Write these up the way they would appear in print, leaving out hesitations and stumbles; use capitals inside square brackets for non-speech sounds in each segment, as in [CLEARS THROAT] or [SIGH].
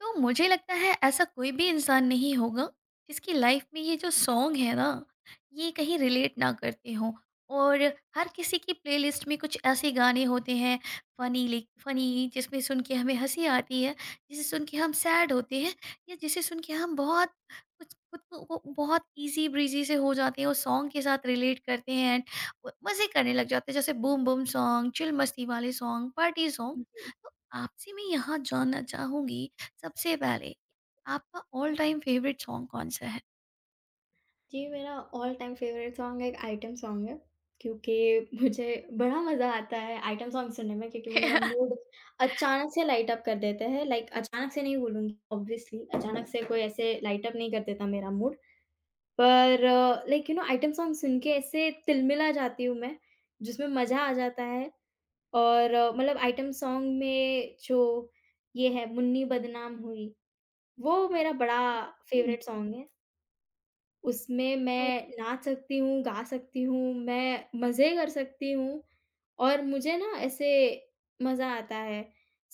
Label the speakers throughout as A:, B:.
A: तो मुझे लगता है ऐसा कोई भी इंसान नहीं होगा जिसकी लाइफ में ये जो सॉन्ग है ना, ये कहीं रिलेट ना करते हों। और हर किसी की प्लेलिस्ट में कुछ ऐसे गाने होते हैं फनी जिसमें सुन के हमें हंसी आती है, जिसे सुन के हम सैड होते हैं, या जिसे सुन के हम बहुत कुछ खुद को बहुत इजी ब्रीजी से हो जाते हैं, उस सॉन्ग के साथ रिलेट करते हैं एंड मज़े करने लग जाते हैं, जैसे बूम बूम सॉन्ग, चिल मस्ती वाले सॉन्ग, पार्टी सॉन्ग।
B: जी।
A: तो आपसे मैं यहाँ जानना चाहूंगी सबसे पहले, आपका ऑल टाइम फेवरेट सॉन्ग कौन-सा है?
B: जी, मेरा ऑल टाइम फ़ेवरेट सॉन्ग एक आइटम सॉन्ग है, क्योंकि मुझे बड़ा मज़ा आता है आइटम सॉन्ग सुनने में क्योंकि वो मेरा
A: [LAUGHS]
B: मूड अचानक से लाइट अप कर देते हैं। लाइक अचानक से नहीं बोलूँगी ऑब्वियसली, अचानक से कोई ऐसे लाइट अप नहीं कर देता मेरा मूड। पर like you know item song सुन के ऐसे तिलमिला जाती हूँ मैं, जिसमें मज़ा आ जाता है और मतलब आइटम सॉन्ग में जो ये है मुन्नी बदनाम हुई, वो मेरा बड़ा
A: [LAUGHS]
B: फ़ेवरेट सॉन्ग है। उसमें
A: तो
B: मैं नाच सकती हूँ, गा सकती हूँ, मैं मज़े कर सकती हूँ और मुझे ना ऐसे मज़ा आता है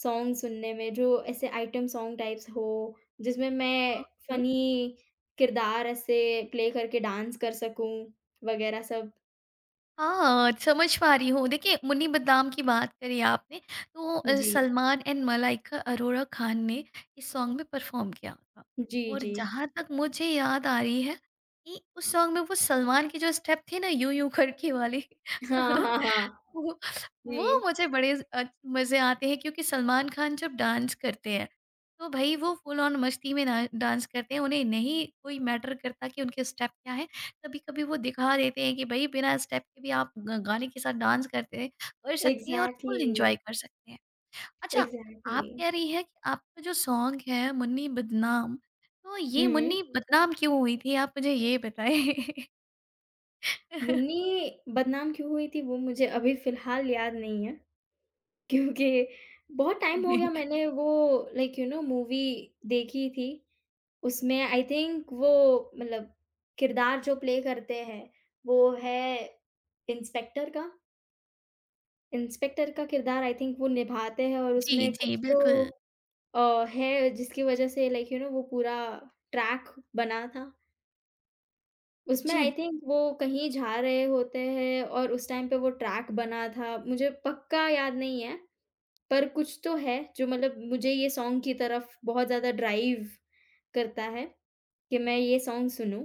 B: सॉन्ग सुनने में जो ऐसे आइटम सॉन्ग टाइप्स हो, जिसमें मैं
A: ओके।
B: फ़नी किरदार ऐसे प्ले करके डांस कर सकूँ वग़ैरह सब।
A: हाँ, समझ पा रही हूँ। देखिए, मुन्नी बदनाम की बात करी आपने, तो
B: जी।
A: सलमान एंड मलाइका अरोड़ा खान ने इस सॉन्ग में परफ़ॉर्म किया था।
B: जी,
A: और
B: जी।
A: जहाँ तक मुझे याद आ रही है कि उस सॉन्ग में वो सलमान के जो स्टेप थे ना, यूँ यूँ करके वाले,
B: हाँ,
A: [LAUGHS]
B: हाँ, हाँ।
A: वो वो
B: जी,
A: मुझे बड़े मज़े आते हैं क्योंकि सलमान खान जब डांस करते हैं, तो भई वो फुल ऑन मस्ती में ना डांस करते हैं। उन्हें नहीं कोई मैटर करता कि उनके स्टेप क्या हैं। कभी कभी वो दिखा देते हैं कि भाई बिना स्टेप के भी आप गाने के साथ डांस करते हैं, कर सकते हैं और फुल
B: एग्ज़ैक्टली,
A: इंजॉय कर सकते हैं। अच्छा,
B: एग्ज़ैक्टली।
A: आप कह रही है कि आपका जो सॉन्ग है मुन्नी बदनाम, तो ये
B: हुँ, हुँ।
A: मुन्नी बदनाम क्यों हुई थी, आप मुझे ये बताएं।
B: मुन्नी बदनाम क्यों हुई थी वो मुझे अभी फ़िलहाल याद नहीं है। क्योंकि बहुत टाइम हो गया
A: [LAUGHS]
B: मैंने वो लाइक यू नो मूवी देखी थी। उसमें आई थिंक वो मतलब किरदार जो प्ले करते हैं, वो है इंस्पेक्टर का। इंस्पेक्टर का किरदार आई थिंक वो निभाते हैं और
A: जी
B: उसमें
A: जी
B: कुछ
A: बिल्कुल।
B: तो है जिसकी वज़ह से लाइक यू नो वो पूरा ट्रैक बना था। उसमें आई
A: जी।
B: थिंक वो कहीं जा रहे होते हैं और उस टाइम पे वो ट्रैक बना था। मुझे पक्का याद नहीं है। पर कुछ तो है जो मतलब मुझे ये सॉन्ग की तरफ बहुत ज़्यादा ड्राइव करता है कि मैं ये सॉन्ग सुनूँ।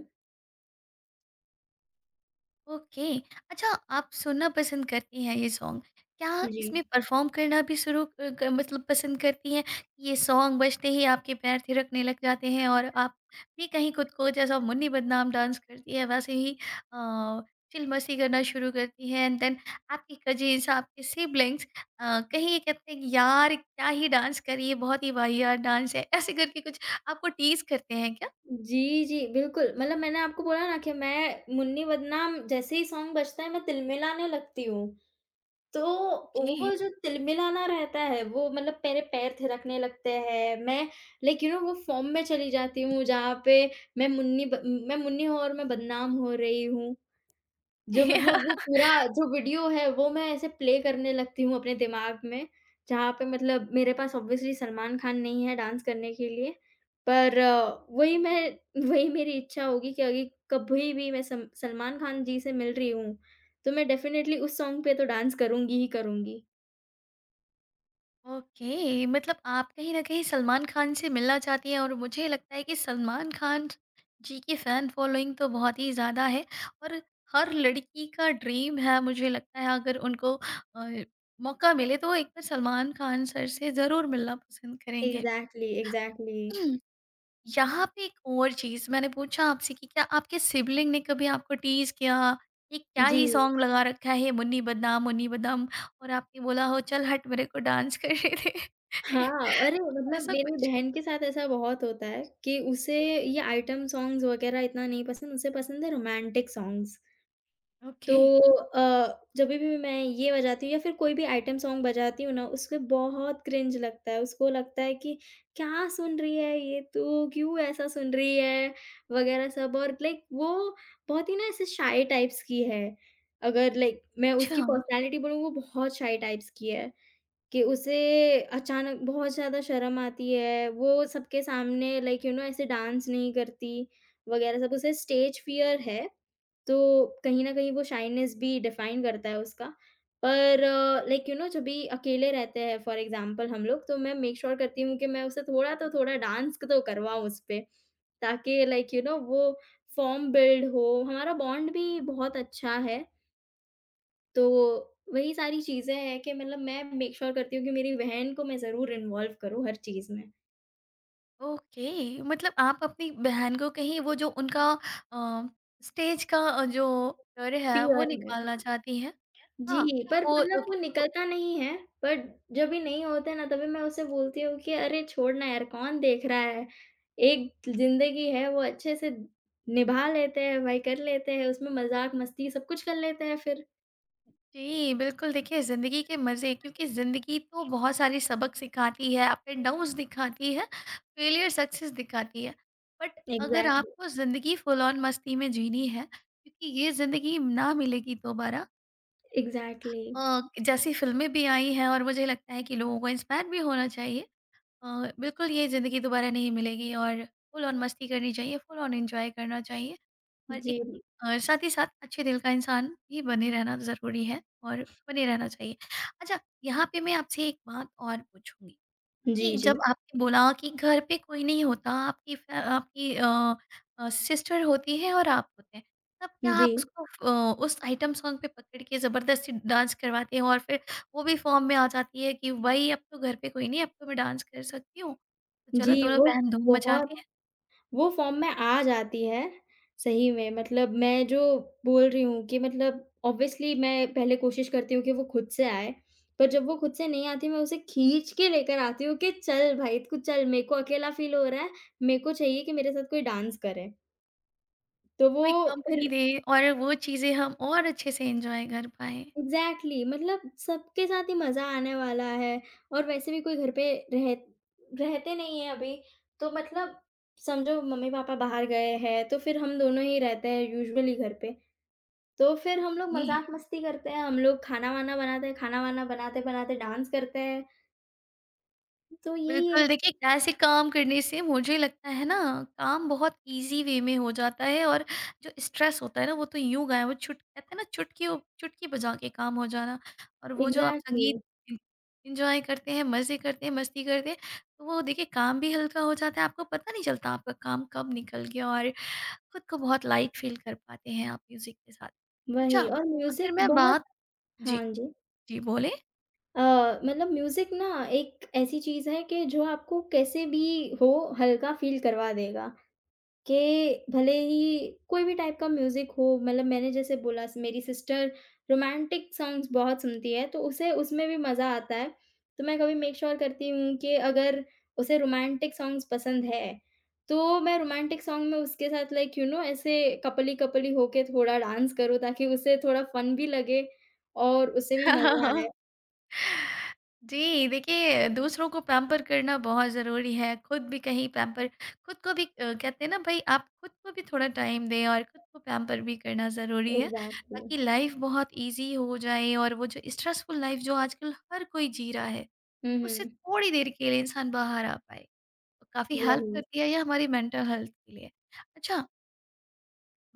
A: ओके। अच्छा, आप सुनना पसंद करती हैं ये सॉन्ग। क्या
B: जी।
A: इसमें परफ़ॉर्म करना भी शुरू क मतलब पसंद करती हैं? ये सॉन्ग बजते ही आपके पैर थिरकने लग जाते हैं और आप भी कहीं खुद को जैसा मुन्नी बदनाम डांस करती है वैसे ही अ, चिल मस्ती करना शुरू करती हैं एंड देन आपके कज़िन्स, आपके सिबलिंग्स, कहीं ये कहते हैं कि यार क्या ही डांस करी, ये बहुत ही वाहियात डांस है, ऐसे करके कुछ आपको टीज़ करते हैं क्या?
B: जी, जी, बिल्कुल। मतलब मैंने आपको बोला ना कि मैं मुन्नी बदनाम जैसे ही सॉन्ग बजता है मैं तिलमिलाने लगती हूँ। तो
A: ओके।
B: वो जो तिलमिलाना रहता है वो मतलब मेरे पैर थिरकने लगते हैं। मैं लाइक यू नो वो फ़ॉर्म में चली जाती हूँ जहाँ पे मैं मुन्नी ब मैं मुन्नी हूँ और मैं बदनाम हो रही हूँ। जो मतलब
A: [LAUGHS]
B: वो पूरा जो वीडियो है वो मैं ऐसे प्ले करने लगती हूँ अपने दिमाग में, जहाँ पे मतलब मेरे पास ऑब्वियसली सलमान खान नहीं है डांस करने के लिए, पर वही मेरी इच्छा होगी कि अगे कभी भी मैं सम सलमान खान जी से मिल रही हूँ, तो मैं डेफ़िनेटली उस सॉन्ग पे तो डांस करूँगी ही करूँगी।
A: ओके, मतलब आप कहीं न कहीं सलमान खान से मिलना चाहती हैं और मुझे लगता है कि सलमान खान जी की फैन फॉलोइंग तो बहुत ही ज़्यादा है, और हर लड़की का ड्रीम है मुझे लगता है, अगर उनको अ, मौका मिले तो वो एक बार सलमान खान सर से ज़रूर मिलना पसंद करेंगे।
B: Exactly, exactly.
A: [CLEARS THROAT] यहाँ पे एक और चीज़ मैंने पूछा आपसे कि क्या आपके सिबलिंग ने कभी आपको टीज़ किया, ये क्या
B: जी।
A: ही सॉन्ग लगा रखा है, मुन्नी बदनाम, मुन्नी बदनाम, और आपने बोला हो चल हट मेरे को डांस करने दे।
B: हाँ, अरे
A: [LAUGHS]
B: मतलब
A: ऐसा
B: मेरी
A: कुछ?
B: बहन के साथ ऐसा बहुत होता है कि उसे ये आइटम सॉन्ग्स वग़ैरह इतना नहीं पसंद, उसे पसंद है रोमांटिक सॉन्ग्स। तो
A: ओके।
B: जभी भी मैं ये बजाती हूँ या फिर कोई भी आइटम सॉन्ग बजाती हूँ ना, उसको बहुत क्रिंज लगता है, उसको लगता है कि क्या सुन रही है ये तू, क्यों ऐसा सुन रही है? वगैरह सब और लाइक वो बहुत ही ना ऐसे शाय टाइप्स की है। अगर लाइक मैं
A: अच्छा।
B: उसकी पर्सनैलिटी बोलूँ वो बहुत शाय टाइप्स की है। कि उसे अचानक बहुत ज़्यादा शर्म आती है, वो सबके सामने लाइक यू नो ऐसे डांस नहीं करती वगैरह सब, उसे स्टेज फ़ियर है, तो कहीं न कहीं वो शाइनेस भी डिफ़ाइन करता है उसका। पर लाइक यू नो जब भी अकेले रहते हैं फॉर एग्ज़ाम्पल हम लोग, तो मैं मेक श्योर करती हूँ कि मैं उसे थोड़ा डांस तो करवाऊँ उसपे, ताकि लाइक यू नो वो फ़ॉर्म बिल्ड हो, हमारा बॉन्ड भी बहुत अच्छा है। तो वही सारी चीज़ें हैं कि मतलब मैं मेक श्योर करती हूँ कि मेरी बहन को मैं ज़रूर इन्वॉल्व करूँ हर चीज़ में,
A: ओके, मतलब आप अपनी बहन को कहीं वो जो उनका अ, स्टेज का जो डर है वो
B: फ़ियर में।
A: निकालना
B: हाँ,
A: चाहती हैं। हाँ,
B: जी,
A: कि
B: पर
A: वो
B: मतलब वो
A: किसी को।
B: निकलता नहीं है, बट जब भी नहीं होता है ना तभी मैं उसे बोलती हूँ कि अरे छोड़ ना यार कौन देख रहा है, एक ज़िंदगी है वो अच्छे से निभा लेते हैं भाई कर लेते हैं, उसमें मज़ाक मस्ती सब कुछ कर लेते हैं फिर।
A: जी, बिल्कुल, देखिए ज़िंदगी के मज़े, क्योंकि
B: जी।
A: ज़िंदगी तो बहुत सारे सबक सिखाती है, अप एंड डाउन्स दिखाती है, फेलियर सक्सेस दिखाती है। बट अगर
B: एग्ज़ैक्टली,
A: आपको ज़िंदगी फुल ऑन मस्ती में जीनी है क्योंकि ये ज़िंदगी ना मिलेगी दोबारा,
B: एग्ज़ैक्टली।
A: जैसी फ़िल्में भी आई हैं, और मुझे लगता है कि लोगों को इंस्पायर भी होना चाहिए। अ, बिल्कुल ये ज़िंदगी दोबारा नहीं मिलेगी और फुल ऑन मस्ती करनी चाहिए, फुल ऑन एन्जॉय करना चाहिए। और एक
B: जी,
A: साथ ही साथ अच्छे दिल का इंसान भी बने रहना ज़रूरी है और बने रहना चाहिए। अच्छा, यहाँ पे मैं आपसे एक बात और पूछूँगी
B: जी,
A: कि
B: जी।
A: जब आपने बोला कि घर पे कोई नहीं होता, आपकी फ़ै आपकी अ अ, सिस्टर होती है और आप होते हैं, तब क्या
B: जी,
A: आप उसको उस आइटम सॉन्ग पे पकड़ के ज़बरदस्ती डांस करवाते हैं और फिर वो भी फ़ॉर्म में आ जाती है कि, "भई अब तो घर पे कोई नहीं, अब तो मैं डांस कर सकती हूँ, तो चलो
B: जी,
A: दोनों बहन धूम मचाते
B: बहुत
A: हैं।"
B: वो फॉर्म में आ जाती है, सही में मतलब मैं जो बोल रही हूँ कि मतलब ऑब्वियसली मैं पहले कोशिश करती हूँ कि वो खुद से आए, पर जब वो खुद से नहीं आती मैं उसे खींच के लेकर आती हूँ कि चल भाई तू चल मेरे को अकेला फ़ील हो रहा है, मेरे को चाहिए कि मेरे साथ कोई डांस करे। तो वो
A: कोई कंपनी
B: फिर
A: दे और वो चीज़ें हम और अच्छे से एंजॉय कर पाएँ।
B: एग्ज़ैक्टली मतलब सबके साथ ही मज़ा आने वाला है और वैसे भी कोई घर पे रह रहते नहीं है अभी, तो मतलब समझो मम्मी-पापा बाहर गए हैं, तो फिर हम दोनों ही रहते हैं यूजुअली घर पे। तो फिर हम लोग
A: जी,
B: मज़ाक-मस्ती करते हैं, हम लोग खाना-वाना बनाते हैं, खाना-वाना बनाते-बनाते डांस करते हैं। तो यही
A: बिल्कुल
B: एक
A: देखिए ऐसे काम करने से मुझे लगता है ना काम बहुत ईज़ी वे में हो जाता है, और जो स्ट्रेस होता है ना वो तो यूँ गायब, वो छुट कहते हैं ना, चुटकियों चुटकी बजा के काम हो जाना, और वो जो आप
B: एग्ज़ैक्टली,
A: संगीत एन एंजॉय करते हैं, मज़े करते हैं, मस्ती करते हैं, तो वो देखिए काम भी हल्का हो जाता है, आपको पता नहीं चलता आपका काम कब निकल गया, और खुद को बहुत लाइट फ़ील कर पाते हैं आप म्यूज़िक के साथ। अच्छा,
B: वही और
A: अगर
B: म्यूज़िक
A: मैं
B: बहुत
A: बात। जी।
B: हाँ जी।
A: जी, बोलें?
B: अ, मतलब म्यूज़िक ना एक ऐसी चीज़ है कि जो आपको कैसे भी हो हल्का फ़ील करवा देगा। कि भले ही कोई भी टाइप का म्यूज़िक हो, मतलब मैंने जैसे बोला स मेरी सिस्टर रोमांटिक सॉन्ग्स बहुत सुनती है, तो उसे उसमें भी मज़ा आता है। तो मैं कभी मेक श्योर करती हूँ कि अगर उसे रोमांटिक सॉन्ग्स पसंद है, तो मैं रोमांटिक सॉन्ग में उसके साथ लाइक यू नो ऐसे कपली-कपली होके थोड़ा डांस करूँ ताकि उसे थोड़ा फ़न भी लगे और उसे भी मज़ा
A: [LAUGHS]
B: आए।
A: जी, देखिए दूसरों को पैम्पर करना बहुत ज़रूरी है, खुद भी कहीं पैम्पर, खुद को भी कहते हैं ना भई आप खुद को भी थोड़ा टाइम दें और खुद को पैम्पर भी करना ज़रूरी है,
B: एग्ज़ैक्टली।
A: ताकि लाइफ़ बहुत ईज़ी हो जाए और वो जो स्ट्रेसफुल लाइफ़ जो आजकल हर कोई जी रहा है,
B: हुँ,
A: उससे
B: हुँ।
A: थोड़ी देर के लिए इंसान बाहर आ पाए। तो काफ़ी हेल्प
B: वही।
A: करती है ये हमारी मेंटल हेल्थ के लिए। अच्छा,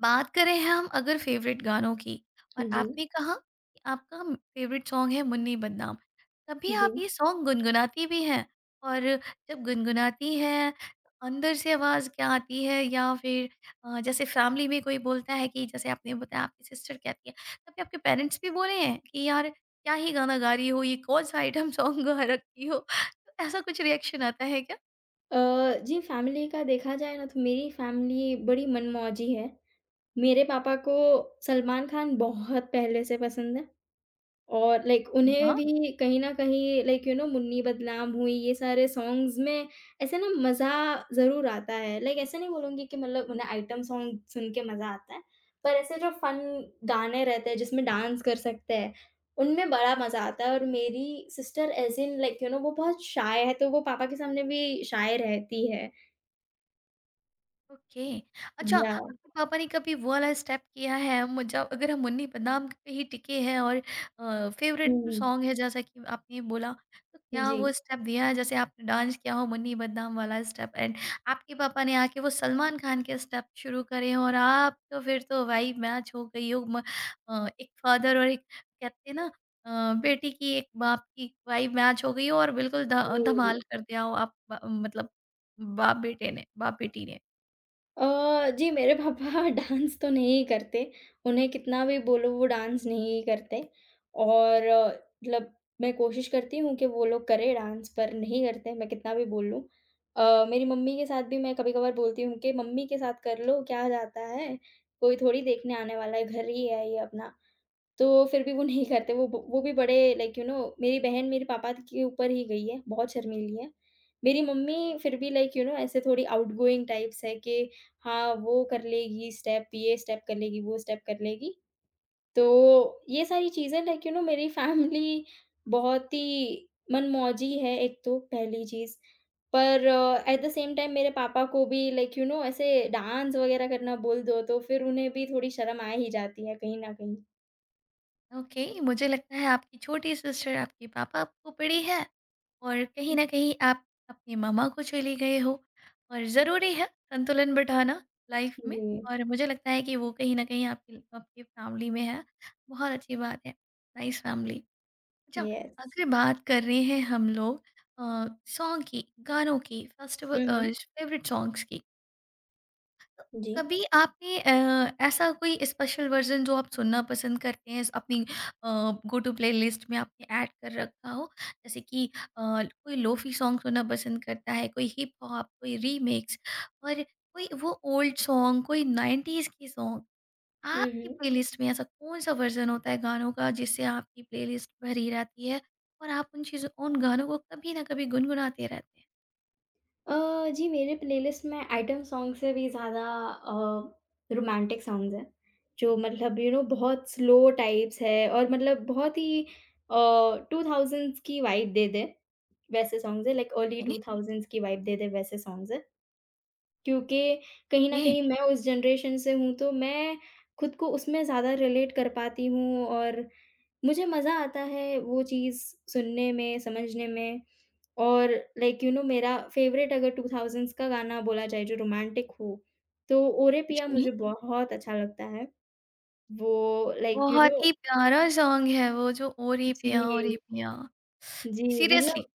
A: बात करें हम अगर फेवरेट गानों की, और
B: जी,
A: आपने कहा कि आपका फेवरेट सॉन्ग है मुन्नी बदनाम, कभी
B: जी।
A: आप ये सॉन्ग गुनगुनाती भी हैं, और जब गुनगुनाती हैं तो अंदर से आवाज़ क्या आती है, या फिर जैसे फैमिली में कोई बोलता है कि जैसे आपने बताया आपकी सिस्टर कहती है, कभी आपके पेरेंट्स भी बोले हैं कि यार क्या ही गाना गा रही हो, ये कौन सा आइटम [LAUGHS] सॉन्ग गा रखी हो, तो ऐसा कुछ रिएक्शन आता है क्या?
B: अ, जी फैमिली का देखा जाए ना तो मेरी फैमिली बड़ी मनमौजी है। मेरे पापा को सलमान खान बहुत पहले से पसंद है और लाइक
A: जी
B: उन्हें
A: वाह।
B: भी कहीं न कहीं लाइक यू नो मुन्नी बदनाम हुई ये सारे सॉन्ग्स में ऐसे ना मज़ा ज़रूर आता है। लाइक ऐसा नहीं बोलूँगी कि मतलब उन्हें आइटम सॉन्ग सुन के मज़ा आता है। पर ऐसे जो फन गाने रहते हैं जिसमें डांस कर सकते हैं, उनमें बड़ा मज़ा आता है और मेरी sister as in like you know वो बहुत शाय है तो वो पापा के सामने भी शाय रहती है।
A: ओके, अच्छा,
B: या
A: आपके पापा ने कभी वो वाला स्टेप किया है, हम जब, अगर हम मुन्नी बदनाम पे ही टिके हैं और फेवरेट
B: हुँ।
A: सॉन्ग है जैसा कि आपने बोला, तो क्या
B: जी।
A: वो स्टेप दिया है जैसे आपने डांस किया हो, मुन्नी बदनाम वाला स्टेप, एंड आपके पापा ने आके वो सलमान खान के स्टेप शुरू करे हों और आप तो फिर तो भाई मैच हो गई हो एक फादर और एक कहते हैं ना बेटी की, एक बाप की भाई मैच हो गई हो और बिल्कुल
B: जी, जी।
A: धमाल कर दिया हो आप मतलब बाप बेटी ने।
B: अ, जी मेरे पापा [LAUGHS] डांस तो नहीं करते, उन्हें कितना भी बोलो वो डांस नहीं करते और मतलब मैं कोशिश करती हूँ कि वो लोग करें डांस पर नहीं करते, मैं कितना भी बोल लूँ। मेरी मम्मी के साथ भी मैं कभी-कभार बोलती हूँ कि मम्मी के साथ कर लो, क्या जाता है, कोई थोड़ी देखने आने वाला है, घर ही है ये अपना। तो फिर भी वो नहीं करते, वो भी बड़े लाइक यू नो मेरी बहन मेरे पापा के ऊपर ही गई है, बहुत शर्मीली है। मेरी मम्मी फिर भी लाइक यू नो ऐसे थोड़ी आउटगोइंग टाइप्स है कि हाँ, वो कर लेगी स्टेप, ये स्टेप कर लेगी, वो स्टेप कर लेगी। तो ये सारी चीज़ें लाइक यू नो मेरी फैमिली बहुत ही मनमौजी है एक तो पहली चीज़। पर एट द सेम टाइम मेरे पापा को भी लाइक यू नो ऐसे डांस वगैरह करना बोल दो, तो फिर उन्हें भी थोड़ी शर्म आ ही जाती है कहीं न कहीं।
A: ओके, मुझे लगता है आपकी छोटी सिस्टर आपके पापा को पड़ी है और कहीं ना कहीं आप अपने मामा को चले गए हो, और ज़रूरी है संतुलन बिठाना लाइफ में,
B: जी।
A: और मुझे लगता है कि वो कहीं ना कहीं आपकी आपकी फैमिली में है। बहुत अच्छी बात है, नाइस फैमिली। अच्छा,
B: यस।
A: अगर बात कर रहे हैं हम लोग सॉन्ग की गानों की, फेस्टिवल
B: हुँ, हुँ।
A: फेवरेट सॉन्ग्स की,
B: जी।
A: कभी आपने ऐसा कोई स्पेशल वर्जन जो आप सुनना पसंद करते हैं अपनी गो टू प्लेलिस्ट में आपने ऐड कर रखा हो, जैसे कि कोई लोफी सॉन्ग सुनना पसंद करता है, कोई हिप हॉप, कोई रीमेक्स, और कोई वो ओल्ड सॉन्ग, कोई नाइन्टीज के सॉन्ग,
B: हुँ,
A: आपकी
B: हुँ।
A: प्लेलिस्ट में ऐसा कौन सा वर्जन होता है गानों का जिससे आपकी प्लेलिस्ट भरी रहती है, और आप उन चीज़ों उन गानों को कभी ना कभी गुनगुनाते रहते हैं।
B: जी मेरे प्लेलिस्ट में आइटम सॉन्ग से भी ज़्यादा रोमांटिक सॉन्ग्स हैं, जो मतलब यू नो बहुत स्लो टाइप्स है और मतलब बहुत ही अ, 2000s की वाइब दे दें, वैसे सॉन्ग्स हैं लाइक अर्ली 2000s की वाइब दे दें वैसे सॉन्ग्स हैं। क्योंकि कहीं न
A: ओके।
B: कहीं मैं उस जनरेशन से हूँ तो मैं खुद को उसमें ज़्यादा रिलेट कर पाती हूँ और मुझे मज़ा आता है वो चीज़ सुनने में, समझने में। और लाइक यू नो मेरा फ़ेवरेट अगर 2000s का गाना बोला जाए जो रोमांटिक हो, तो ओरे पिया
A: जी,
B: मुझे बहुत अच्छा लगता है। वो लाइक यू नो
A: बहुत ही प्यारा सॉन्ग है वो, जो ओ रे
B: जी,
A: पिया, ओ रे पिया।
B: जी
A: सीरियसली
B: मतलब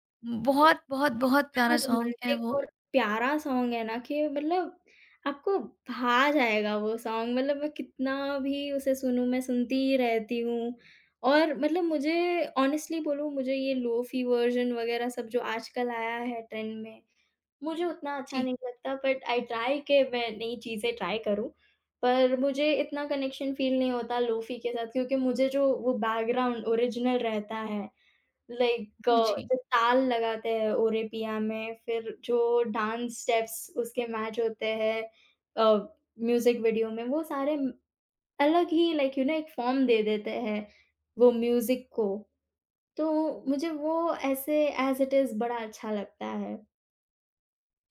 A: बहुत बहुत बहुत
B: इतना
A: प्यारा सॉन्ग है वो।
B: रोमांटिक और प्यारा सॉन्ग है ना कि मतलब आपको भा जाएगा वो सॉन्ग मतलब मैं कितना भी उसे सुनूँ मैं सुनती ही रहती हूँ। और मतलब मुझे ऑनेस्टली बोलूँ मुझे ये लोफी वर्ज़न वग़ैरह सब जो आजकल आया है ट्रेंड में मुझे उतना अच्छा
A: जी
B: नहीं लगता बट आई ट्राई कि मैं नई चीज़ें ट्राई करूँ, पर मुझे इतना कनेक्शन फ़ील नहीं होता लोफ़ी के साथ क्योंकि मुझे जो वो बैकग्राउंड ओरिजिनल रहता है, लाइक
A: जी
B: जो
A: जी जी।
B: ताल लगाते हैं ओरे पिया में, फिर जो डांस स्टेप्स उसके मैच होते हैं म्यूज़िक वीडियो में, अलग ही लाइक यू नो एक फ़ॉर्म दे देते हैं वो म्यूज़िक को, तो मुझे वो ऐसे एज़ इट इज़ बड़ा अच्छा लगता है।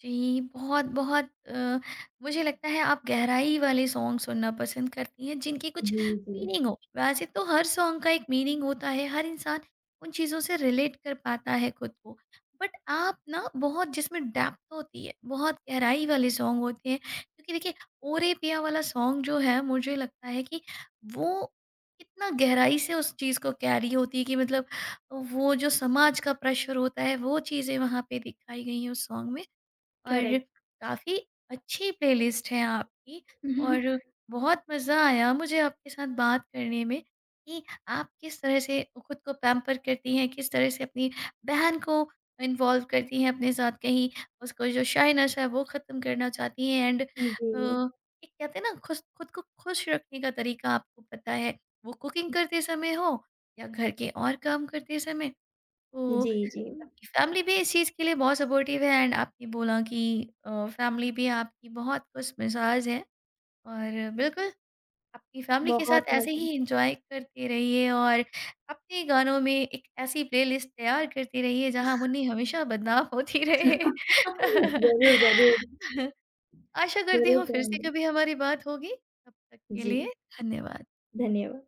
A: जी, बहुत-बहुत मुझे लगता है आप गहराई वाले सॉन्ग सुनना पसंद करती हैं जिनकी कुछ
B: जी, जी।
A: मीनिंग हो। वैसे तो हर सॉन्ग का एक मीनिंग होता है, हर इंसान उन चीज़ों से रिलेट कर पाता है खुद को। बट आप ना बहुत जिसमें डेप्थ होती है, बहुत गहराई वाले सॉन्ग होते हैं, क्योंकि देखिए ओ रे पिया वाला सॉन्ग जो है मुझे लगता है कि वो इतना गहराई से उस चीज़ को कैरी होती है कि मतलब वो जो समाज का प्रेशर होता है, वो चीज़ें वहाँ पे दिखाई गई हैं उस सॉन्ग में। और
B: करेक्ट।
A: काफ़ी अच्छी प्लेलिस्ट है आपकी, और बहुत मज़ा आया मुझे आपके साथ बात करने में कि आप किस तरह से खुद को पैम्पर करती हैं, किस तरह से अपनी बहन को इन्वॉल्व करती हैं अपने साथ, कहीं उसको जो शाइनेस है वो ख़त्म करना चाहती हैं एंड
B: जी।
A: एक कहते हैं ना, खुश, खुद को खुश रखने का तरीका आपको पता है। वो कुकिंग करते समय हो या घर के और काम करते समय। तो
B: जी, जी।
A: आपकी फैमिली भी इस चीज़ के लिए बहुत सपोर्टिव है एंड आपने बोला कि फैमिली भी आपकी बहुत खुश मिजाज है, और बिल्कुल अपनी फैमिली के साथ
B: बहुत
A: ऐसे
B: मज़ा
A: ही इंजॉय करते रहिए और अपने गानों में एक ऐसी प्लेलिस्ट तैयार करते रहिए जहां मुन्नी हमेशा बदनाम होती रहे।
B: [LAUGHS] ज़रूर, ज़रूर।
A: [LAUGHS] आशा करती
B: ज़रूर
A: हूँ फिर से
B: करूँगी।
A: कभी हमारी बात होगी। तब तक
B: [LAUGHS]
A: के
B: जी,
A: लिए धन्यवाद।
B: धन्यवाद।